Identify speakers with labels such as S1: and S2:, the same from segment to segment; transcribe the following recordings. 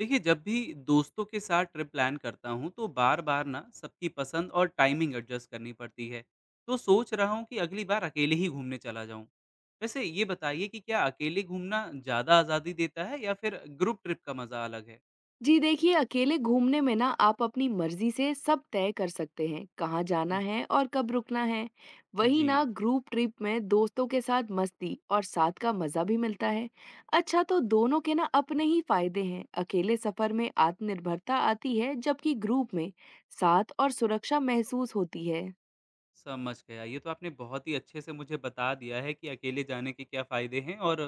S1: देखिए, जब भी दोस्तों के साथ ट्रिप प्लान करता हूँ तो बार बार ना सबकी पसंद और टाइमिंग एडजस्ट करनी पड़ती है। तो सोच रहा हूँ कि अगली बार अकेले ही घूमने चला जाऊँ। वैसे ये बताइए कि क्या अकेले घूमना ज़्यादा आज़ादी देता है या फिर ग्रुप ट्रिप का मज़ा अलग है।
S2: जी देखिए, अकेले घूमने में ना आप अपनी मर्ज़ी से सब तय कर सकते हैं, कहाँ जाना है और कब रुकना है। वहीं
S1: जी,
S2: ना ग्रुप ट्रिप में दोस्तों के साथ मस्ती और साथ का मज़ा भी मिलता है। अच्छा तो दोनों के ना अपने ही फायदे हैं। अकेले सफ़र में आत्मनिर्भरता आती है, जबकि ग्रुप में साथ और सुरक्षा महसूस होती है।
S1: समझ गया। ये तो आपने बहुत ही अच्छे से मुझे बता दिया है कि अकेले जाने के क्या फ़ायदे हैं और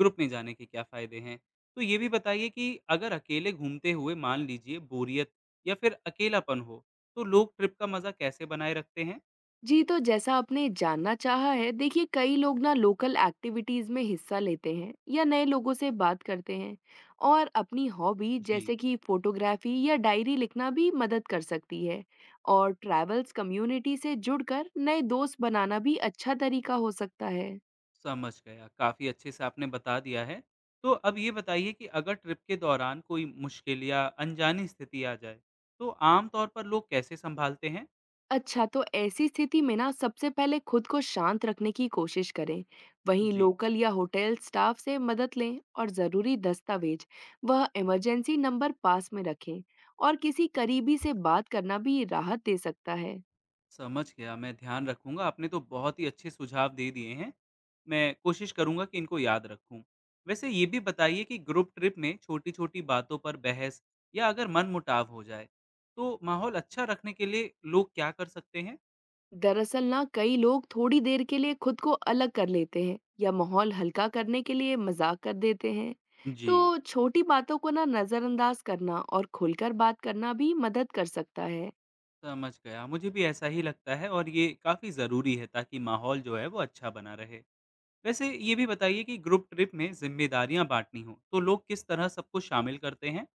S1: ग्रुप में जाने के क्या फ़ायदे हैं। तो ये भी बताइए कि अगर अकेले घूमते हुए मान लीजिए बोरियत या फिर अकेलापन हो, तो लोग ट्रिप का मज़ा कैसे बनाए रखते हैं?
S2: जी, तो जैसा आपने जानना चाहा है, देखिए कई लोग ना लोकल एक्टिविटीज़ में हिस्सा लेते हैं या नए लोगों से बात करते हैं और अपनी हॉबी
S1: जी।
S2: जैसे कि फोटोग्राफी या डायरी लिखना भी मदद कर सकती है। और ट्रैवल्स कम्युनिटी से जुड़कर नए दोस्त बनाना भी अच्छा तरीका हो सकता है।
S1: समझ गया, काफ़ी अच्छे से आपने बता दिया है। तो अब ये बताइए कि अगर ट्रिप के दौरान कोई मुश्किल या अनजानी स्थिति आ जाए, तो आम तौर पर लोग कैसे सँभालते हैं?
S2: अच्छा तो ऐसी स्थिति में ना सबसे पहले खुद को शांत रखने की कोशिश करें। वहीं
S1: जी।
S2: लोकल या होटल स्टाफ से मदद लें और ज़रूरी दस्तावेज वह इमरजेंसी नंबर पास में रखें। और किसी करीबी से बात करना भी राहत दे सकता है।
S1: समझ गया, मैं ध्यान रखूँगा। आपने तो बहुत ही अच्छे सुझाव दे दिए हैं। मैं कोशिश करूँगा कि इनको याद रखूँ। वैसे ये भी बताइए कि ग्रुप ट्रिप में छोटी-छोटी बातों पर बहस या अगर मनमुटाव हो जाए, तो माहौल अच्छा रखने के लिए लोग क्या कर सकते हैं?
S2: दरअसल ना कई लोग थोड़ी देर के लिए खुद को अलग कर लेते हैं या माहौल हल्का करने के लिए मजाक कर देते हैं।
S1: जी।
S2: तो छोटी बातों को ना नज़रअंदाज करना और खुलकर बात करना भी मदद कर सकता है।
S1: समझ गया, मुझे भी ऐसा ही लगता है और ये काफ़ी ज़रूरी है ताकि माहौल जो है वो अच्छा बना रहे। वैसे ये भी बताइए कि ग्रुप ट्रिप में ज़िम्मेदारियाँ बाँटनी हों, तो लोग किस तरह सबको शामिल करते हैं?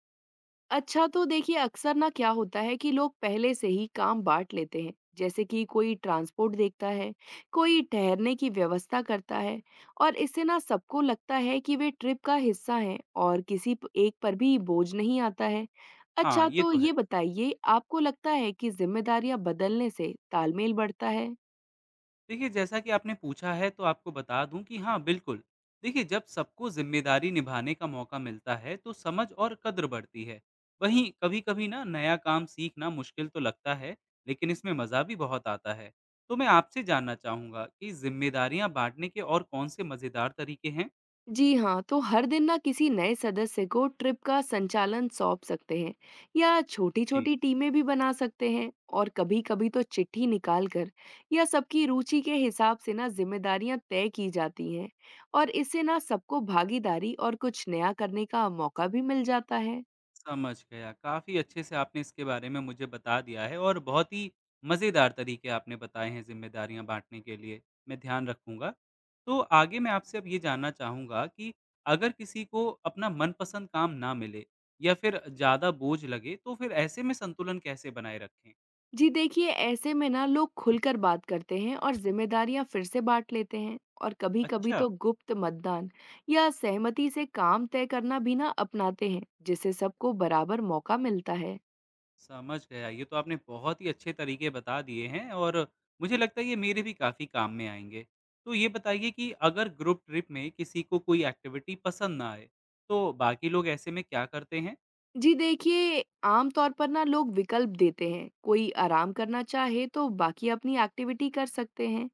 S2: अच्छा तो देखिए अक्सर ना क्या होता है कि लोग पहले से ही काम बांट लेते हैं, जैसे कि कोई ट्रांसपोर्ट देखता है, कोई ठहरने की व्यवस्था करता है। और इससे ना सबको लगता है कि वे ट्रिप का हिस्सा हैं और किसी एक पर भी बोझ नहीं आता है।
S1: हाँ,
S2: अच्छा
S1: ये
S2: तो
S1: तो है।
S2: ये बताइए आपको लगता है कि जिम्मेदारियां बदलने से तालमेल बढ़ता है?
S1: देखिए, जैसा कि आपने पूछा है तो आपको बता दूं कि हाँ, बिल्कुल। देखिए, जब सबको जिम्मेदारी निभाने का मौका मिलता है तो समझ और कद्र बढ़ती है। वहीं कभी कभी ना नया काम सीखना मुश्किल तो लगता है, लेकिन इसमें मज़ा भी बहुत आता है। तो मैं आपसे जानना चाहूँगा कि जिम्मेदारियाँ बांटने के और कौन से मज़ेदार तरीके हैं।
S2: जी हाँ, तो हर दिन ना किसी नए सदस्य को ट्रिप का संचालन सौंप सकते हैं या
S1: जी,
S2: छोटी-छोटी टीमें भी बना सकते हैं और कभी-कभी तो चिट्ठी निकाल कर या सबकी रुचि के हिसाब से ना जिम्मेदारियां तय की जाती हैं। और इससे ना सबको भागीदारी और कुछ नया करने का मौका भी मिल जाता है।
S1: समझ गया। काफ़ी अच्छे से आपने इसके बारे में मुझे बता दिया है और बहुत ही मज़ेदार तरीके आपने बताए हैं ज़िम्मेदारियाँ बाँटने के लिए, मैं ध्यान रखूँगा। तो आगे मैं आपसे अब ये जानना चाहूँगा कि अगर किसी को अपना मनपसंद काम ना मिले या फिर ज़्यादा बोझ लगे, तो फिर ऐसे में संतुलन कैसे बनाए रखें?
S2: जी देखिए ऐसे में ना लोग खुलकर बात करते हैं और जिम्मेदारियां फिर से बांट लेते हैं और कभी-कभी
S1: अच्छा।
S2: तो गुप्त मतदान या सहमति से काम तय करना भी ना अपनाते हैं, जिससे सबको बराबर मौका मिलता है।
S1: समझ गया। ये तो आपने बहुत ही अच्छे तरीके बता दिए हैं और मुझे लगता है ये मेरे भी काफ़ी काम में आएँगे। तो ये बताइए कि अगर ग्रुप ट्रिप में किसी को कोई एक्टिविटी पसंद ना आए, तो बाकी लोग ऐसे में क्या करते हैं?
S2: जी देखिए, आमतौर पर ना लोग विकल्प देते हैं, कोई आराम करना चाहे तो बाकी अपनी एक्टिविटी कर सकते हैं।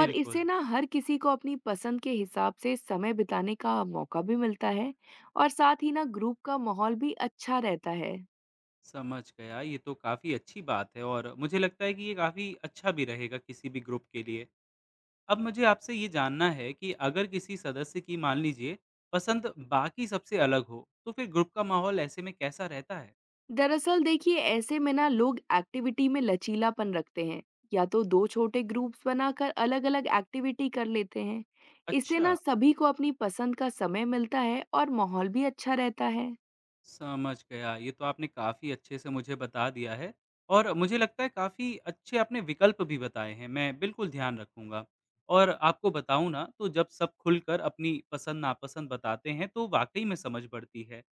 S2: और इससे ना हर किसी को अपनी पसंद के हिसाब से समय बिताने का मौका भी मिलता है और साथ ही ना ग्रुप का माहौल भी अच्छा रहता है।
S1: समझ गया। ये तो काफ़ी अच्छी बात है और मुझे लगता है कि ये काफ़ी अच्छा भी रहेगा किसी भी ग्रुप के लिए। अब मुझे आपसे ये जानना है कि अगर किसी सदस्य की मान लीजिए पसंद बाकी सबसे अलग हो, तो फिर ग्रुप का माहौल ऐसे में कैसा रहता है?
S2: दरअसल देखिए ऐसे में ना लोग एक्टिविटी में लचीलापन रखते हैं या तो दो छोटे ग्रुप्स बनाकर अलग-अलग एक्टिविटी कर लेते हैं। इससे
S1: अच्छा।
S2: ना सभी को अपनी पसंद का समय मिलता है और माहौल भी अच्छा रहता है।
S1: समझ गया। ये तो आपने काफ़ी अच्छे से मुझे बता दिया है और मुझे लगता है काफ़ी अच्छे आपने विकल्प भी बताए हैं, मैं बिल्कुल ध्यान रखूँगा। और आपको बताऊँ ना, तो जब सब खुलकर अपनी पसंद-नापसंद बताते हैं तो वाक़ई में समझ बढ़ती है।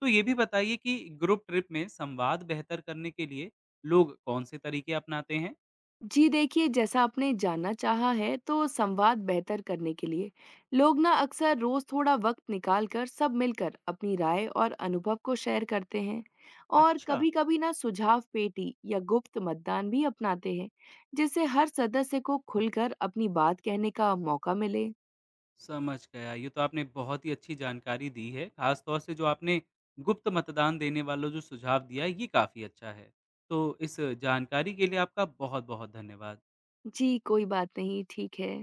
S1: तो ये भी बताइए कि ग्रुप ट्रिप में संवाद बेहतर करने के लिए लोग कौन से तरीके अपनाते हैं?
S2: जी देखिए, जैसा आपने जानना चाहा है, तो संवाद बेहतर करने के लिए लोग ना अक्सर रोज़ थोड़ा वक्त निकाल कर सब मिलकर अपनी राय और अनुभव को शेयर करते हैं। और
S1: अच्छा।
S2: कभी-कभी ना सुझाव पेटी या गुप्त मतदान भी अपनाते हैं, जिससे हर सदस्य को खुलकर अपनी बात कहने का मौका मिले।
S1: समझ गया। ये तो आपने बहुत ही अच्छी जानकारी दी है। ख़ास तौर से जो आपने गुप्त मतदान देने वाला जो सुझाव दिया है, ये काफ़ी अच्छा है। तो इस जानकारी के लिए आपका बहुत-बहुत धन्यवाद।
S2: जी, कोई बात नहीं, ठीक है।